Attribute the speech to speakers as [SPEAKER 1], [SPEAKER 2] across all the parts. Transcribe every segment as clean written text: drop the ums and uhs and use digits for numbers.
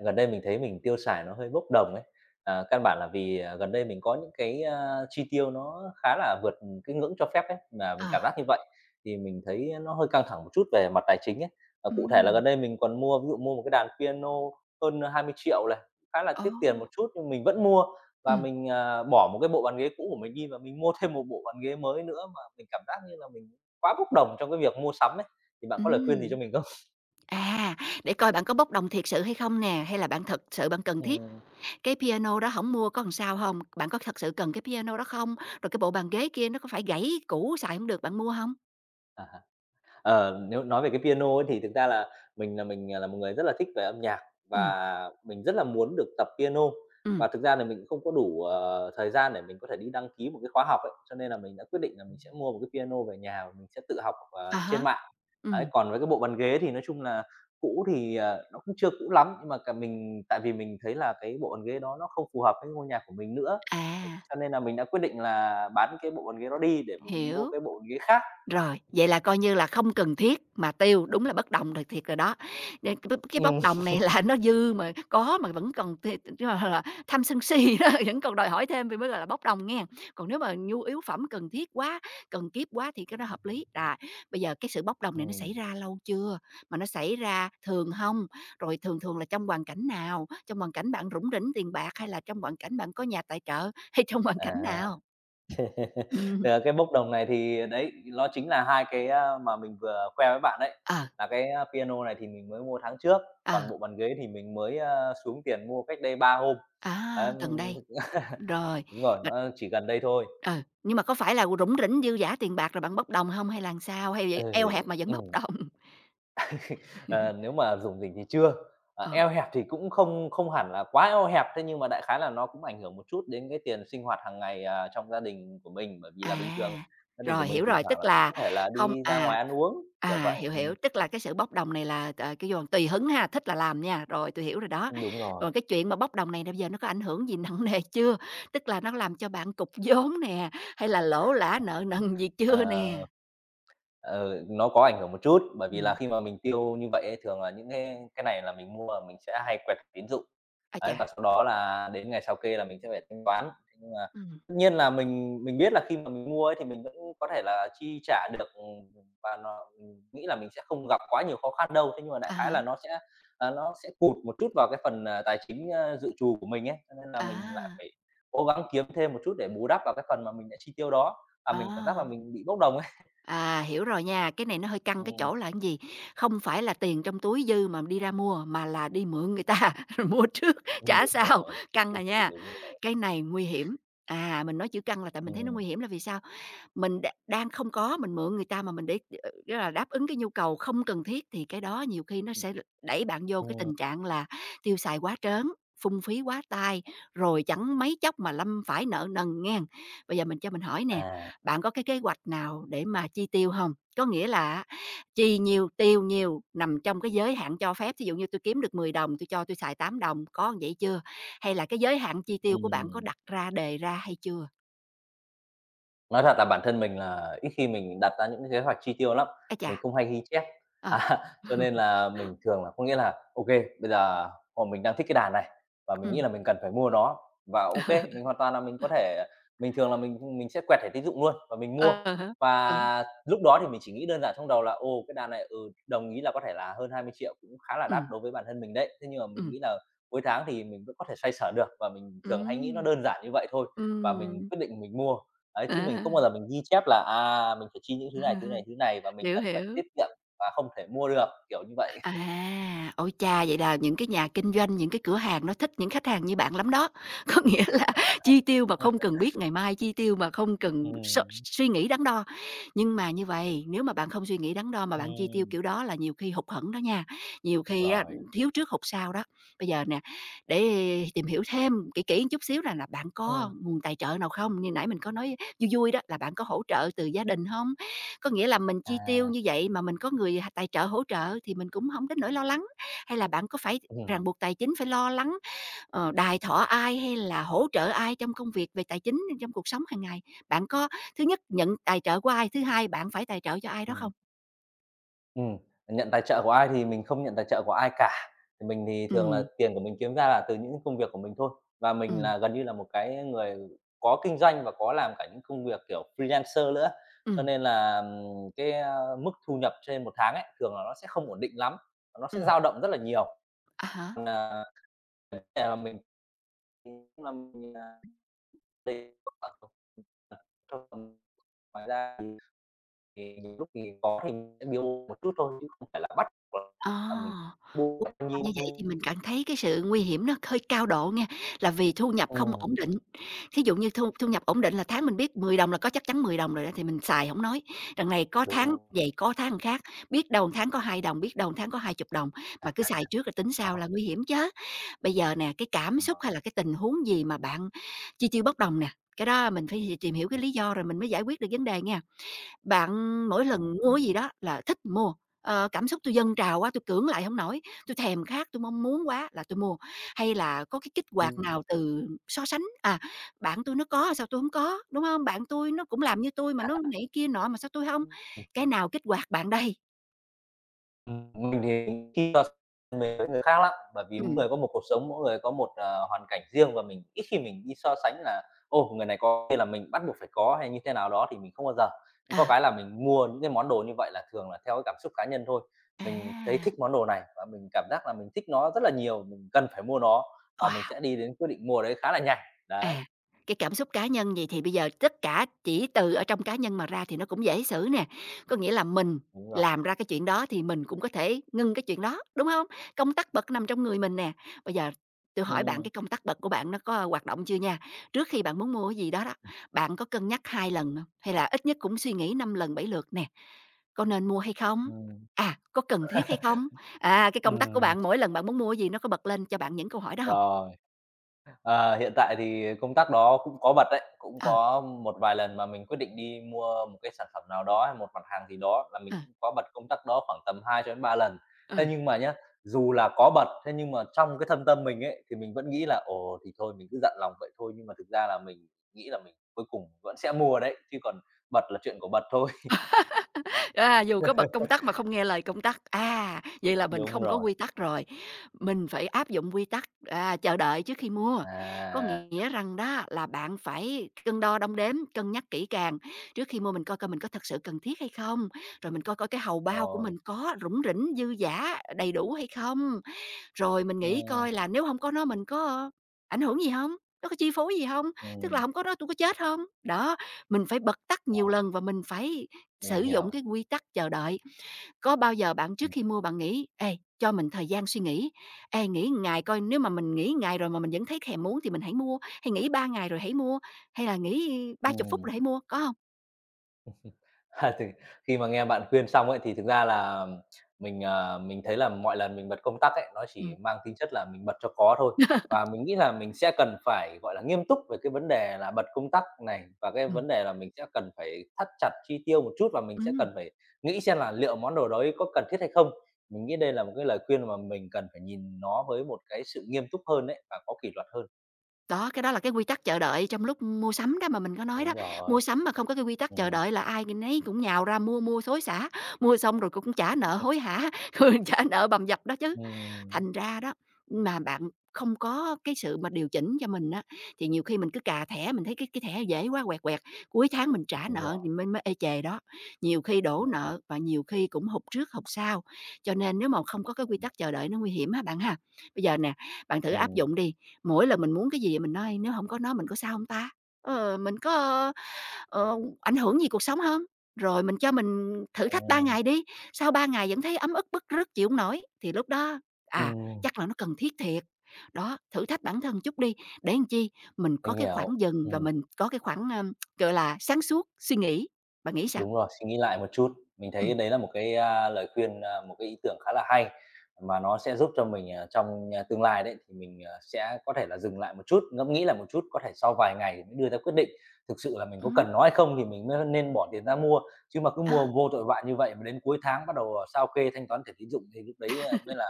[SPEAKER 1] Gần đây mình thấy mình tiêu xài nó hơi bốc đồng ấy. Căn bản là vì, gần đây mình có những cái, chi tiêu nó khá là vượt cái ngưỡng cho phép ấy, mà mình cảm
[SPEAKER 2] À,
[SPEAKER 1] giác như vậy thì mình thấy nó hơi căng thẳng một chút về mặt tài chính ấy. Cụ thể là
[SPEAKER 2] ừm,
[SPEAKER 1] gần đây mình còn mua ví dụ mua một cái đàn piano hơn 20 triệu này, khá là
[SPEAKER 2] ồ,
[SPEAKER 1] tiếc tiền một chút nhưng mình vẫn mua và
[SPEAKER 2] ừm,
[SPEAKER 1] mình, bỏ một cái bộ bàn ghế cũ của mình đi và mình mua thêm một bộ bàn ghế mới nữa mà mình cảm giác như là mình quá bốc đồng trong cái việc mua sắm ấy. Thì bạn có lời khuyên gì
[SPEAKER 2] ừm.
[SPEAKER 1] cho mình không?
[SPEAKER 2] À, để coi bạn có bốc đồng thiệt sự hay không nè, hay là bạn thật sự bạn cần thiết
[SPEAKER 1] Ừm.
[SPEAKER 2] cái piano đó, hổng mua có làm sao hông? Bạn có thật sự cần cái piano đó không? Rồi cái bộ bàn ghế kia nó có phải gãy cũ xài hổng được, bạn mua hông?
[SPEAKER 1] À. Nếu nói về cái piano ấy thì thực ra là mình, là một người rất là thích về âm nhạc
[SPEAKER 2] Ừm,
[SPEAKER 1] và mình rất là muốn được tập piano.
[SPEAKER 2] ừm,
[SPEAKER 1] Và thực ra là mình cũng không có đủ, thời gian để mình có thể đi đăng ký một cái khóa học ấy, cho nên là mình đã quyết định là mình sẽ mua một cái piano về nhà và mình sẽ tự học,
[SPEAKER 2] à há,
[SPEAKER 1] trên mạng. Đấy,
[SPEAKER 2] ừm,
[SPEAKER 1] còn với cái bộ bàn ghế thì nói chung là cũ thì, nó cũng chưa cũ lắm, nhưng mà cả mình tại vì mình thấy là cái bộ bàn ghế đó nó không phù hợp với ngôi nhà của mình nữa,
[SPEAKER 2] à,
[SPEAKER 1] cho nên là mình đã quyết định là bán cái bộ bàn ghế đó đi để mình mua
[SPEAKER 2] hiểu.
[SPEAKER 1] cái bộ bàn ghế khác.
[SPEAKER 2] Rồi, vậy là coi như là không cần thiết mà tiêu, đúng là bất đồng rồi thiệt rồi đó. Nên cái bốc
[SPEAKER 1] Ừm.
[SPEAKER 2] đồng này là nó dư mà có mà vẫn còn nhưng mà là tham sân si đó, vẫn còn đòi hỏi thêm thì mới gọi là bốc đồng nghe. Còn nếu mà nhu yếu phẩm cần thiết quá, cần kiếp quá thì cái đó hợp lý. Rồi, bây giờ cái sự bốc đồng này nó xảy
[SPEAKER 1] Ừm.
[SPEAKER 2] ra lâu chưa? Mà nó xảy ra thường không? Rồi thường thường là trong hoàn cảnh nào? Trong hoàn cảnh bạn rủng rỉnh tiền bạc hay là trong hoàn cảnh bạn có nhà tài trợ, hay trong hoàn cảnh
[SPEAKER 1] À,
[SPEAKER 2] nào? Ừm,
[SPEAKER 1] thì, cái bốc đồng này thì đấy, nó chính là 2 cái, mà mình vừa khoe với bạn đấy,
[SPEAKER 2] ờ,
[SPEAKER 1] là cái, piano này thì mình mới mua tháng trước,
[SPEAKER 2] ờ,
[SPEAKER 1] còn bộ bàn ghế thì mình mới, xuống tiền mua cách đây 3 hôm.
[SPEAKER 2] à,
[SPEAKER 1] Đấy,
[SPEAKER 2] gần đây. Rồi,
[SPEAKER 1] đúng rồi,
[SPEAKER 2] mà
[SPEAKER 1] nó chỉ gần đây thôi.
[SPEAKER 2] ừ, nhưng mà có phải là rủng rỉnh dư giả tiền bạc rồi bạn bốc đồng không hay là làm sao? Hay
[SPEAKER 1] Ừ,
[SPEAKER 2] vậy eo hẹp mà vẫn bốc
[SPEAKER 1] ừm,
[SPEAKER 2] đồng?
[SPEAKER 1] ờ, nếu mà dùng rỉnh thì chưa,
[SPEAKER 2] Ờ,
[SPEAKER 1] eo hẹp thì cũng không không hẳn là quá eo hẹp, thế nhưng mà đại khái là nó cũng ảnh hưởng một chút đến cái tiền sinh hoạt hàng ngày, trong gia đình của mình, bởi vì là bình
[SPEAKER 2] à,
[SPEAKER 1] thường gia đình của
[SPEAKER 2] rồi,
[SPEAKER 1] mình
[SPEAKER 2] hiểu
[SPEAKER 1] thỉnh
[SPEAKER 2] rồi, tức
[SPEAKER 1] thoảng là cũng
[SPEAKER 2] là
[SPEAKER 1] có thể là
[SPEAKER 2] không
[SPEAKER 1] đi ra
[SPEAKER 2] à,
[SPEAKER 1] ngoài ăn uống, kiểu
[SPEAKER 2] à,
[SPEAKER 1] vậy,
[SPEAKER 2] hiểu,
[SPEAKER 1] ừ.
[SPEAKER 2] hiểu, tức là cái sự bốc đồng này là, ờ, kêu bằng, tùy hứng ha, thích là làm nha, rồi tôi hiểu rồi đó.
[SPEAKER 1] Đúng rồi,
[SPEAKER 2] Còn cái chuyện mà bốc đồng này bây giờ nó có ảnh hưởng gì nặng nề chưa? Tức là nó làm cho bạn cục vốn nè, hay là lỗ lã nợ nần gì chưa nè?
[SPEAKER 1] à, ừ, nó có ảnh hưởng một chút, bởi vì là
[SPEAKER 2] Ừm,
[SPEAKER 1] khi mà mình tiêu như vậy ấy, thường là những cái này là mình mua là mình sẽ hay quẹt thẻ tín dụng.
[SPEAKER 2] ái chà,
[SPEAKER 1] Đấy, và sau đó là đến ngày sau kê là mình sẽ phải thanh toán. Thế nhưng mà
[SPEAKER 2] ừm,
[SPEAKER 1] tất nhiên là mình biết là khi mà mình mua ấy thì mình vẫn có thể là chi trả được, và nó mình nghĩ là mình sẽ không gặp quá nhiều khó khăn đâu. Thế nhưng mà đại
[SPEAKER 2] à
[SPEAKER 1] khái là
[SPEAKER 2] hả,
[SPEAKER 1] nó sẽ, nó sẽ cụt một chút vào cái phần, tài chính, dự trù của mình ấy, cho nên là mình lại
[SPEAKER 2] à,
[SPEAKER 1] phải cố gắng kiếm thêm một chút để bù đắp vào cái phần mà mình đã chi tiêu đó. Và mình cảm giác
[SPEAKER 2] à.
[SPEAKER 1] là mình bị bốc đồng ấy.
[SPEAKER 2] À, hiểu rồi nha, cái này nó hơi căng
[SPEAKER 1] Ừ.
[SPEAKER 2] cái chỗ là cái gì? Không phải là tiền trong túi dư mà đi ra mua, mà là đi mượn người ta, rồi mua trước, trả
[SPEAKER 1] Đúng
[SPEAKER 2] sau,
[SPEAKER 1] rồi.
[SPEAKER 2] căng à nha.
[SPEAKER 1] Đúng rồi.
[SPEAKER 2] Cái này nguy hiểm. À, mình nói chữ căng là tại mình thấy nó nguy
[SPEAKER 1] Ừm.
[SPEAKER 2] hiểm là vì sao? Mình đang không có, mình mượn người ta mà mình để nghĩa là đáp ứng cái nhu cầu không cần thiết thì cái đó nhiều khi nó
[SPEAKER 1] Ừm.
[SPEAKER 2] sẽ đẩy bạn vô cái
[SPEAKER 1] Ừm.
[SPEAKER 2] tình trạng là tiêu xài quá trớn, phung phí quá tay, rồi chẳng mấy chốc mà lâm phải nợ nần ngang. Bây giờ mình cho mình hỏi nè,
[SPEAKER 1] À,
[SPEAKER 2] bạn có cái kế hoạch nào để mà chi tiêu không? Có nghĩa là chi nhiều tiêu nhiều nằm trong cái giới hạn cho phép. Ví dụ như tôi kiếm được 10 đồng, tôi cho tôi xài 8 đồng, có vậy chưa? Hay là cái giới hạn chi tiêu của bạn có
[SPEAKER 1] ừm.
[SPEAKER 2] đặt ra, đề ra hay chưa?
[SPEAKER 1] Nói thật là bản thân mình là ít khi mình đặt ra những cái kế hoạch chi tiêu lắm,
[SPEAKER 2] Ái
[SPEAKER 1] mình
[SPEAKER 2] chà!
[SPEAKER 1] không hay ghi chép.
[SPEAKER 2] Ờ.
[SPEAKER 1] À, cho nên là mình thường là có nghĩa là ok, bây giờ, mình đang thích cái đàn này và mình nghĩ
[SPEAKER 2] Ừm.
[SPEAKER 1] là mình cần phải mua nó và ok, mình hoàn toàn là mình có thể mình thường là mình sẽ quẹt thẻ tín dụng luôn và mình mua.
[SPEAKER 2] Ờ há, ừ,
[SPEAKER 1] Và lúc đó thì mình chỉ nghĩ đơn giản trong đầu là ô cái đàn này, ừ, đồng ý là có thể là hơn 20 triệu cũng khá là đắt
[SPEAKER 2] ừm,
[SPEAKER 1] đối với bản thân mình đấy." Thế nhưng mà mình
[SPEAKER 2] ừm,
[SPEAKER 1] nghĩ là cuối tháng thì mình vẫn có thể xoay sở được và mình thường hay nghĩ nó
[SPEAKER 2] ừm,
[SPEAKER 1] đơn giản như vậy thôi và mình
[SPEAKER 2] ừm,
[SPEAKER 1] quyết định mình mua. Đấy, chứ mình
[SPEAKER 2] à.
[SPEAKER 1] không bao giờ mình ghi chép là, mình phải chi những thứ này, thứ này, thứ này và mình
[SPEAKER 2] Hiểu,
[SPEAKER 1] cần phải tiết
[SPEAKER 2] hiểu.
[SPEAKER 1] kiệm và không thể mua được, kiểu như vậy.
[SPEAKER 2] À, ôi cha! Vậy là những cái nhà kinh doanh, những cái cửa hàng nó thích những khách hàng như bạn lắm đó. Có nghĩa là chi tiêu mà không cần biết ngày mai, chi tiêu mà không cần so
[SPEAKER 1] Ừm,
[SPEAKER 2] suy nghĩ đắn đo. Nhưng mà như vậy nếu mà bạn không suy nghĩ đắn đo mà bạn chi tiêu
[SPEAKER 1] ừm,
[SPEAKER 2] kiểu đó là nhiều khi hụt hẫng đó nha, nhiều khi á,
[SPEAKER 1] rồi,
[SPEAKER 2] thiếu trước hụt sau đó. Bây giờ nè, để tìm hiểu thêm kỹ kỹ chút xíu là bạn có
[SPEAKER 1] ừm.
[SPEAKER 2] nguồn tài trợ nào không? Như nãy mình có nói vui vui đó, là bạn có hỗ trợ từ gia đình không, có nghĩa là mình chi tiêu
[SPEAKER 1] À,
[SPEAKER 2] như vậy mà mình có người tài trợ hỗ trợ thì mình cũng không đến nỗi lo lắng, hay là bạn có phải ràng
[SPEAKER 1] ừm,
[SPEAKER 2] buộc tài chính phải lo lắng, ờ, đài thọ ai hay là hỗ trợ ai trong công việc về tài chính trong cuộc sống hàng ngày? Bạn có, thứ nhất nhận tài trợ của ai? Thứ hai bạn phải tài trợ cho ai đó
[SPEAKER 1] ừm,
[SPEAKER 2] không?
[SPEAKER 1] ừm, nhận tài trợ của ai thì mình không nhận tài trợ của ai cả. Thì mình thì
[SPEAKER 2] Ừ,
[SPEAKER 1] thường là tiền của mình kiếm ra là từ những công việc của mình thôi, và mình
[SPEAKER 2] ừ,
[SPEAKER 1] là gần như là một cái người có kinh doanh và có làm cả những công việc kiểu freelancer nữa, cho
[SPEAKER 2] ừ,
[SPEAKER 1] nên là, cái, mức thu nhập trên một tháng ấy, thường là nó sẽ không ổn định lắm, nó sẽ
[SPEAKER 2] ừ,
[SPEAKER 1] dao động rất là nhiều.
[SPEAKER 2] à há.
[SPEAKER 1] Mình, là mình cũng là mình à, tùy ngoài ra thì nhiều lúc thì có thì sẽ biếu bố một chút thôi chứ không phải là bắt buộc là mình
[SPEAKER 2] Ờ,
[SPEAKER 1] mua
[SPEAKER 2] ủa,
[SPEAKER 1] bao
[SPEAKER 2] mà như
[SPEAKER 1] nhiêu
[SPEAKER 2] vậy thì
[SPEAKER 1] nhiêu.
[SPEAKER 2] mình cảm thấy cái sự nguy hiểm nó hơi cao độ nha, là vì thu nhập không
[SPEAKER 1] Ừm,
[SPEAKER 2] ổn định. Thí dụ như thu thu nhập ổn định là tháng mình biết 10 đồng là có chắc chắn 10 đồng rồi đó thì mình xài không nói, đằng này có tháng
[SPEAKER 1] đúng.
[SPEAKER 2] vậy có tháng khác, biết đầu tháng có 2 đồng, biết đầu tháng có hai chục đồng, mà cứ xài trước rồi tính sau là
[SPEAKER 1] Đó,
[SPEAKER 2] nguy hiểm chớ. Bây giờ nè, cái cảm xúc hay là cái tình huống gì mà bạn chi tiêu bốc đồng nè, cái đó mình phải tìm hiểu cái
[SPEAKER 1] ừm,
[SPEAKER 2] lý do rồi mình mới giải quyết được vấn đề nha. Bạn mỗi lần
[SPEAKER 1] ừm,
[SPEAKER 2] mua cái gì đó là thích mua, ờ, cảm xúc tôi dâng trào quá, tôi cưỡng lại không nổi, tôi thèm khát, tôi mong muốn quá là tôi mua, hay là có cái kích hoạt
[SPEAKER 1] ừm,
[SPEAKER 2] nào từ so sánh, à, bạn tôi nó có sao tôi không có, đúng không? Bạn tôi nó cũng làm như tôi mà nó này kia nọ mà sao tôi không?
[SPEAKER 1] ừm.
[SPEAKER 2] Cái nào kích hoạt bạn đây?
[SPEAKER 1] Mình thì khi mà mình với người khác lắm, bởi vì mỗi
[SPEAKER 2] Ừm,
[SPEAKER 1] người có một cuộc sống, mỗi người có một, hoàn cảnh riêng và mình ít khi mình đi so sánh là "Ô, người này có hay là mình bắt buộc phải có" hay như thế nào đó thì mình không bao giờ. Nhưng có
[SPEAKER 2] à,
[SPEAKER 1] cái là mình mua những cái món đồ như vậy là thường là theo cái cảm xúc cá nhân thôi. Mình thấy
[SPEAKER 2] à,
[SPEAKER 1] thích món đồ này và mình cảm giác là mình thích nó rất là nhiều, mình cần phải mua nó và mình
[SPEAKER 2] wow!
[SPEAKER 1] sẽ đi đến quyết định mua đấy khá là nhanh. Đấy,
[SPEAKER 2] À, cái cảm xúc cá nhân gì thì bây giờ tất cả chỉ từ ở trong cá nhân mà ra thì nó cũng dễ xử nè. Có nghĩa là mình
[SPEAKER 1] đúng rồi.
[SPEAKER 2] làm ra cái chuyện đó thì mình cũng có thể ngưng cái chuyện đó, đúng không? Công tắc bật nằm trong người mình nè. Bây giờ tôi hỏi bạn
[SPEAKER 1] Ừm,
[SPEAKER 2] cái công tắc bật của bạn nó có hoạt động chưa nha? Trước khi bạn muốn mua cái gì đó đó, bạn có cân nhắc 2 lần hông? Hay là ít nhất cũng suy nghĩ 5 lần, 7 lượt nè? Có nên mua hay không?
[SPEAKER 1] ừm,
[SPEAKER 2] À, có cần thiết hay không? À, cái công tắc của
[SPEAKER 1] ừm,
[SPEAKER 2] bạn mỗi lần bạn muốn mua cái gì nó có bật lên cho bạn những câu hỏi đó không?
[SPEAKER 1] rồi. Ờ, hiện tại thì công tác đó cũng có bật đấy, cũng
[SPEAKER 2] Ờ,
[SPEAKER 1] có một vài lần mà mình quyết định đi mua một cái sản phẩm nào đó hay một mặt hàng gì đó là
[SPEAKER 2] ờ,
[SPEAKER 1] mình cũng có bật công tác đó khoảng tầm 2 cho đến 3 lần. Thế
[SPEAKER 2] ờ.
[SPEAKER 1] nhưng mà nhá, dù là có bật, thế nhưng mà trong cái thâm tâm mình ấy, thì mình vẫn nghĩ là "Ồ, thì thôi mình cứ dặn lòng vậy thôi." Nhưng mà thực ra là mình nghĩ là mình cuối cùng vẫn sẽ mua đấy, chứ còn bật là chuyện của bật thôi.
[SPEAKER 2] À, dù có bật công tắc mà không nghe lời công tắc, à, vậy là mình
[SPEAKER 1] Đúng
[SPEAKER 2] không có
[SPEAKER 1] rồi.
[SPEAKER 2] quy tắc rồi. Mình phải áp dụng quy tắc, à, chờ đợi trước khi mua. Có
[SPEAKER 1] À,
[SPEAKER 2] nghĩa rằng đó là bạn phải cân đo đong đếm, cân nhắc kỹ càng trước khi mua, mình coi coi mình có thật sự cần thiết hay không, rồi mình coi coi cái hầu bao của
[SPEAKER 1] rồi.
[SPEAKER 2] mình có rủng rỉnh, dư dả, đầy đủ hay không. Rồi mình nghĩ
[SPEAKER 1] Ừm,
[SPEAKER 2] coi là nếu không có nó mình có ảnh hưởng gì không? Nó có chi phối gì không? Tức là
[SPEAKER 1] ừm,
[SPEAKER 2] không có nó tôi có chết không? Đó. Mình phải bật tắt nhiều
[SPEAKER 1] rồi,
[SPEAKER 2] lần và mình phải sử
[SPEAKER 1] mình
[SPEAKER 2] dụng
[SPEAKER 1] hiểu.
[SPEAKER 2] cái quy tắc chờ đợi. Có bao giờ bạn trước
[SPEAKER 1] Ừm,
[SPEAKER 2] khi mua bạn nghĩ: "Ê, cho mình thời gian suy nghĩ, ê, nghĩ một ngày coi nếu mà mình nghĩ một ngày rồi mà mình vẫn thấy thèm muốn thì mình hãy mua, hay nghĩ 3 ngày rồi hãy mua, hay là nghĩ ba chục phút
[SPEAKER 1] ừm.
[SPEAKER 2] rồi hãy mua", có không?
[SPEAKER 1] Thì khi mà nghe bạn khuyên xong ấy, thì thực ra là mình, mình thấy là mọi lần mình bật công tắc ấy, nó chỉ
[SPEAKER 2] Ừm.
[SPEAKER 1] mang tính chất là mình bật cho có thôi. Và mình nghĩ là mình sẽ cần phải, gọi là, nghiêm túc về cái vấn đề là bật công tắc này, và cái
[SPEAKER 2] Ừm.
[SPEAKER 1] vấn đề là mình sẽ cần phải thắt chặt chi tiêu một chút, và mình sẽ
[SPEAKER 2] Ừm.
[SPEAKER 1] cần phải nghĩ xem là liệu món đồ đấy có cần thiết hay không. Mình nghĩ đây là một cái lời khuyên mà mình cần phải nhìn nó với một cái sự nghiêm túc hơn đấy và có kỷ luật hơn.
[SPEAKER 2] Đó, cái đó là cái quy tắc chờ đợi trong lúc mua sắm đó mà mình có nói đó.
[SPEAKER 1] Đúng rồi.
[SPEAKER 2] Mua sắm mà không có cái quy tắc chờ
[SPEAKER 1] Ừm,
[SPEAKER 2] đợi là ai người nấy cũng nhào ra mua, mua xối xả, mua xong rồi cũng trả nợ hối hả, rồi trả nợ bầm dập đó chứ.
[SPEAKER 1] ừm,
[SPEAKER 2] Thành ra đó, mà bạn không có cái sự mà điều chỉnh cho mình á, thì nhiều khi mình cứ cà thẻ, mình thấy cái thẻ dễ quá quẹt quẹt, cuối tháng mình trả
[SPEAKER 1] đúng
[SPEAKER 2] nợ
[SPEAKER 1] rồi,
[SPEAKER 2] thì mình mới ê chề đó. Nhiều khi đổ
[SPEAKER 1] đúng rồi,
[SPEAKER 2] nợ và nhiều khi cũng hụt trước hụt sau. Cho nên nếu mà không có cái
[SPEAKER 1] đúng
[SPEAKER 2] quy tắc
[SPEAKER 1] rồi.
[SPEAKER 2] chờ đợi nó nguy hiểm á bạn ha. Bây giờ nè, bạn thử áp
[SPEAKER 1] Ừm,
[SPEAKER 2] dụng đi. Mỗi lần mình muốn cái gì mình nói: "Nếu không có nó mình có sao không ta? Ờ, mình có, ờ, ảnh hưởng gì cuộc sống không? Rồi mình cho mình thử thách 3
[SPEAKER 1] ừm.
[SPEAKER 2] ngày đi, sau 3 ngày vẫn thấy ấm ức, bứt rứt, chịu hông nổi, thì lúc đó, à,
[SPEAKER 1] Ừm,
[SPEAKER 2] chắc là nó cần thiết thiệt." Đó, thử thách bản thân chút đi, để làm chi? Mình có
[SPEAKER 1] mình
[SPEAKER 2] cái
[SPEAKER 1] hiểu.
[SPEAKER 2] khoảng dừng và
[SPEAKER 1] Ừm,
[SPEAKER 2] mình có cái khoảng, gọi là, sáng suốt, suy nghĩ. Bạn nghĩ sao?
[SPEAKER 1] đúng rồi, suy nghĩ lại một chút. Mình
[SPEAKER 2] Ừm,
[SPEAKER 1] thấy đấy là một cái, lời khuyên, một cái ý tưởng khá là hay, mà nó sẽ giúp cho mình, trong, tương lai đấy, thì mình, sẽ có thể là dừng lại một chút, ngẫm nghĩ lại một chút, có thể sau vài ngày thì mới đưa ra quyết định. Thực sự là mình có
[SPEAKER 2] ừm,
[SPEAKER 1] cần nó hay không thì mình mới nên bỏ tiền ra mua, chứ mà cứ mua
[SPEAKER 2] đó.
[SPEAKER 1] vô tội vạ như vậy mà đến cuối tháng bắt đầu, sao kê thanh toán thẻ tín dụng thì lúc đấy, mới là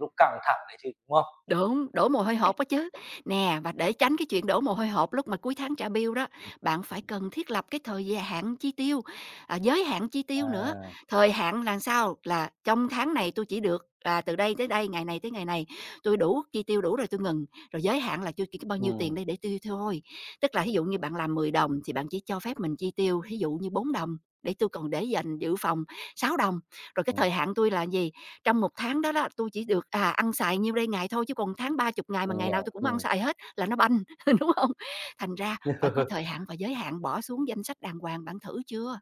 [SPEAKER 1] lúc căng thẳng đấy chứ, đúng không?
[SPEAKER 2] Đúng, đổ mồ hôi hột đó chứ. Nè, và để tránh cái chuyện đổ mồ hôi hột lúc mà cuối tháng trả bill đó, bạn phải cần thiết lập cái thời gian hạn chi tiêu, à, giới hạn chi tiêu nữa.
[SPEAKER 1] À,
[SPEAKER 2] Thời hạn là sao? Là trong tháng này tôi chỉ được là từ đây tới đây, ngày này tới ngày này, tôi đủ chi tiêu đủ rồi tôi ngừng. Rồi giới hạn là tôi chỉ có bao nhiêu tiền
[SPEAKER 1] ừm,
[SPEAKER 2] đây để tiêu thôi. Tức là ví dụ như bạn làm 10 đồng
[SPEAKER 1] ừm,
[SPEAKER 2] thì bạn chỉ cho phép mình chi tiêu ví dụ như 4 đồng để tôi còn để dành dự phòng 6 đồng. Rồi cái
[SPEAKER 1] ừm,
[SPEAKER 2] thời hạn tôi là gì? Trong một tháng đó đó, tui chỉ được, à, ăn xài nhiêu đây ngày thôi, chứ còn tháng ba chục ngày mà
[SPEAKER 1] mình
[SPEAKER 2] ngày nào
[SPEAKER 1] hiểu,
[SPEAKER 2] tôi cũng ăn
[SPEAKER 1] ừm.
[SPEAKER 2] xài hết là nó banh, đúng không? Thành ra phải có thời hạn và giới hạn, bỏ xuống danh sách đàng hoàng. Bạn thử chưa?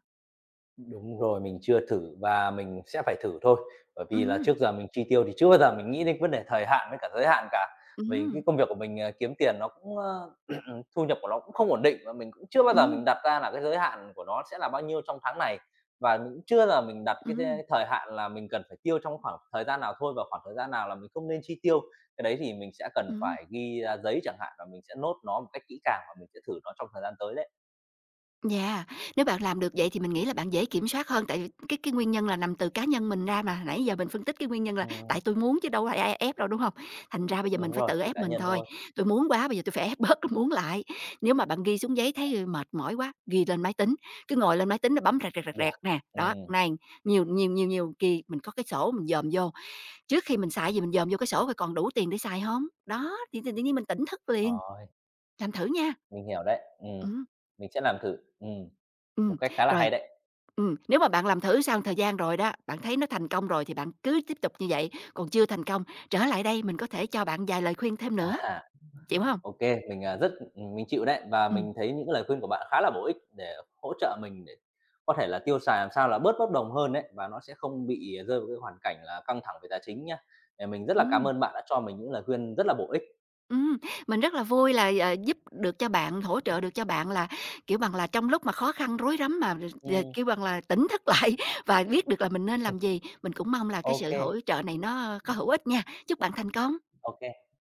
[SPEAKER 1] Đúng rồi, mình chưa thử và mình sẽ phải thử thôi. Bởi vì là
[SPEAKER 2] Ừm,
[SPEAKER 1] trước giờ mình chi tiêu thì chưa bao giờ mình nghĩ đến vấn đề thời hạn với cả giới hạn cả. Vì cái
[SPEAKER 2] ừm,
[SPEAKER 1] công việc của mình, kiếm tiền nó cũng, thu nhập của nó cũng không ổn định và mình cũng chưa bao giờ
[SPEAKER 2] ừm,
[SPEAKER 1] mình đặt ra là cái giới hạn của nó sẽ là bao nhiêu trong tháng này. Và mình cũng chưa là mình đặt cái
[SPEAKER 2] ừm,
[SPEAKER 1] the thời hạn là mình cần phải tiêu trong khoảng thời gian nào thôi và khoảng thời gian nào là mình không nên chi tiêu. Cái đấy thì mình sẽ cần
[SPEAKER 2] ừm.
[SPEAKER 1] phải ghi ra giấy chẳng hạn và mình sẽ nốt nó một cách kỹ càng và mình sẽ thử nó trong thời gian tới đấy.
[SPEAKER 2] Yeah, nếu bạn làm được vậy thì mình nghĩ là bạn dễ kiểm soát hơn, tại vì cái nguyên nhân là nằm từ cá nhân mình ra mà, nãy giờ mình phân tích cái nguyên nhân là
[SPEAKER 1] Ừm,
[SPEAKER 2] tại tôi muốn chứ đâu phải ai ép đâu, đúng không? Thành ra bây giờ mình
[SPEAKER 1] đúng
[SPEAKER 2] phải
[SPEAKER 1] rồi,
[SPEAKER 2] tự
[SPEAKER 1] từ
[SPEAKER 2] ép
[SPEAKER 1] cá
[SPEAKER 2] mình
[SPEAKER 1] nhân
[SPEAKER 2] thôi,
[SPEAKER 1] thôi.
[SPEAKER 2] tôi muốn quá bây giờ tôi phải ép bớt cái muốn lại. Nếu mà bạn ghi xuống giấy thấy mệt mỏi quá, ghi lên máy tính, cứ ngồi lên máy tính là bấm rẹt, rẹt, rẹt, rẹt
[SPEAKER 1] Được,
[SPEAKER 2] nè, đó,
[SPEAKER 1] ừm,
[SPEAKER 2] này, nhiều nhiều nhiều nhiều kỳ mình có cái sổ mình dòm vô, trước khi mình xài gì mình dòm vô cái sổ coi còn đủ tiền để xài không? Đó, thì tự nhiên mình tỉnh thức liền,
[SPEAKER 1] rồi,
[SPEAKER 2] làm thử nha.
[SPEAKER 1] mình hiểu đấy,
[SPEAKER 2] Ừm.
[SPEAKER 1] mình sẽ làm thử, một
[SPEAKER 2] Ừm,
[SPEAKER 1] cách khá là hay
[SPEAKER 2] rồi.
[SPEAKER 1] đấy.
[SPEAKER 2] Nếu mà bạn làm thử sau thời gian rồi đó, bạn thấy nó thành công rồi thì bạn cứ tiếp tục như vậy, còn chưa thành công, trở lại đây mình có thể cho bạn vài lời khuyên thêm nữa,
[SPEAKER 1] À,
[SPEAKER 2] chịu hông?
[SPEAKER 1] ô kê, mình, rất mình chịu đấy, và
[SPEAKER 2] Ừm,
[SPEAKER 1] mình thấy những cái lời khuyên của bạn khá là bổ ích để hỗ trợ mình để có thể là tiêu xài làm sao là bớt bốc đồng hơn đấy, và nó sẽ không bị rơi vào cái hoàn cảnh là căng thẳng về tài chính nhá. Ờ, mình rất là cảm
[SPEAKER 2] ừm,
[SPEAKER 1] ơn bạn đã cho mình những lời khuyên rất là bổ ích.
[SPEAKER 2] ừm, mình rất là vui là, ờ, giúp được cho bạn, hỗ trợ được cho bạn là, kiểu bằng là, trong lúc mà khó khăn rối rắm mà
[SPEAKER 1] Ừm,
[SPEAKER 2] kiểu bằng là, tỉnh thức lại và biết được là mình nên làm gì. Mình cũng mong là
[SPEAKER 1] ô
[SPEAKER 2] cái sự
[SPEAKER 1] kê,
[SPEAKER 2] hỗ trợ này nó có hữu ích nha. Chúc bạn thành công!
[SPEAKER 1] ô kê.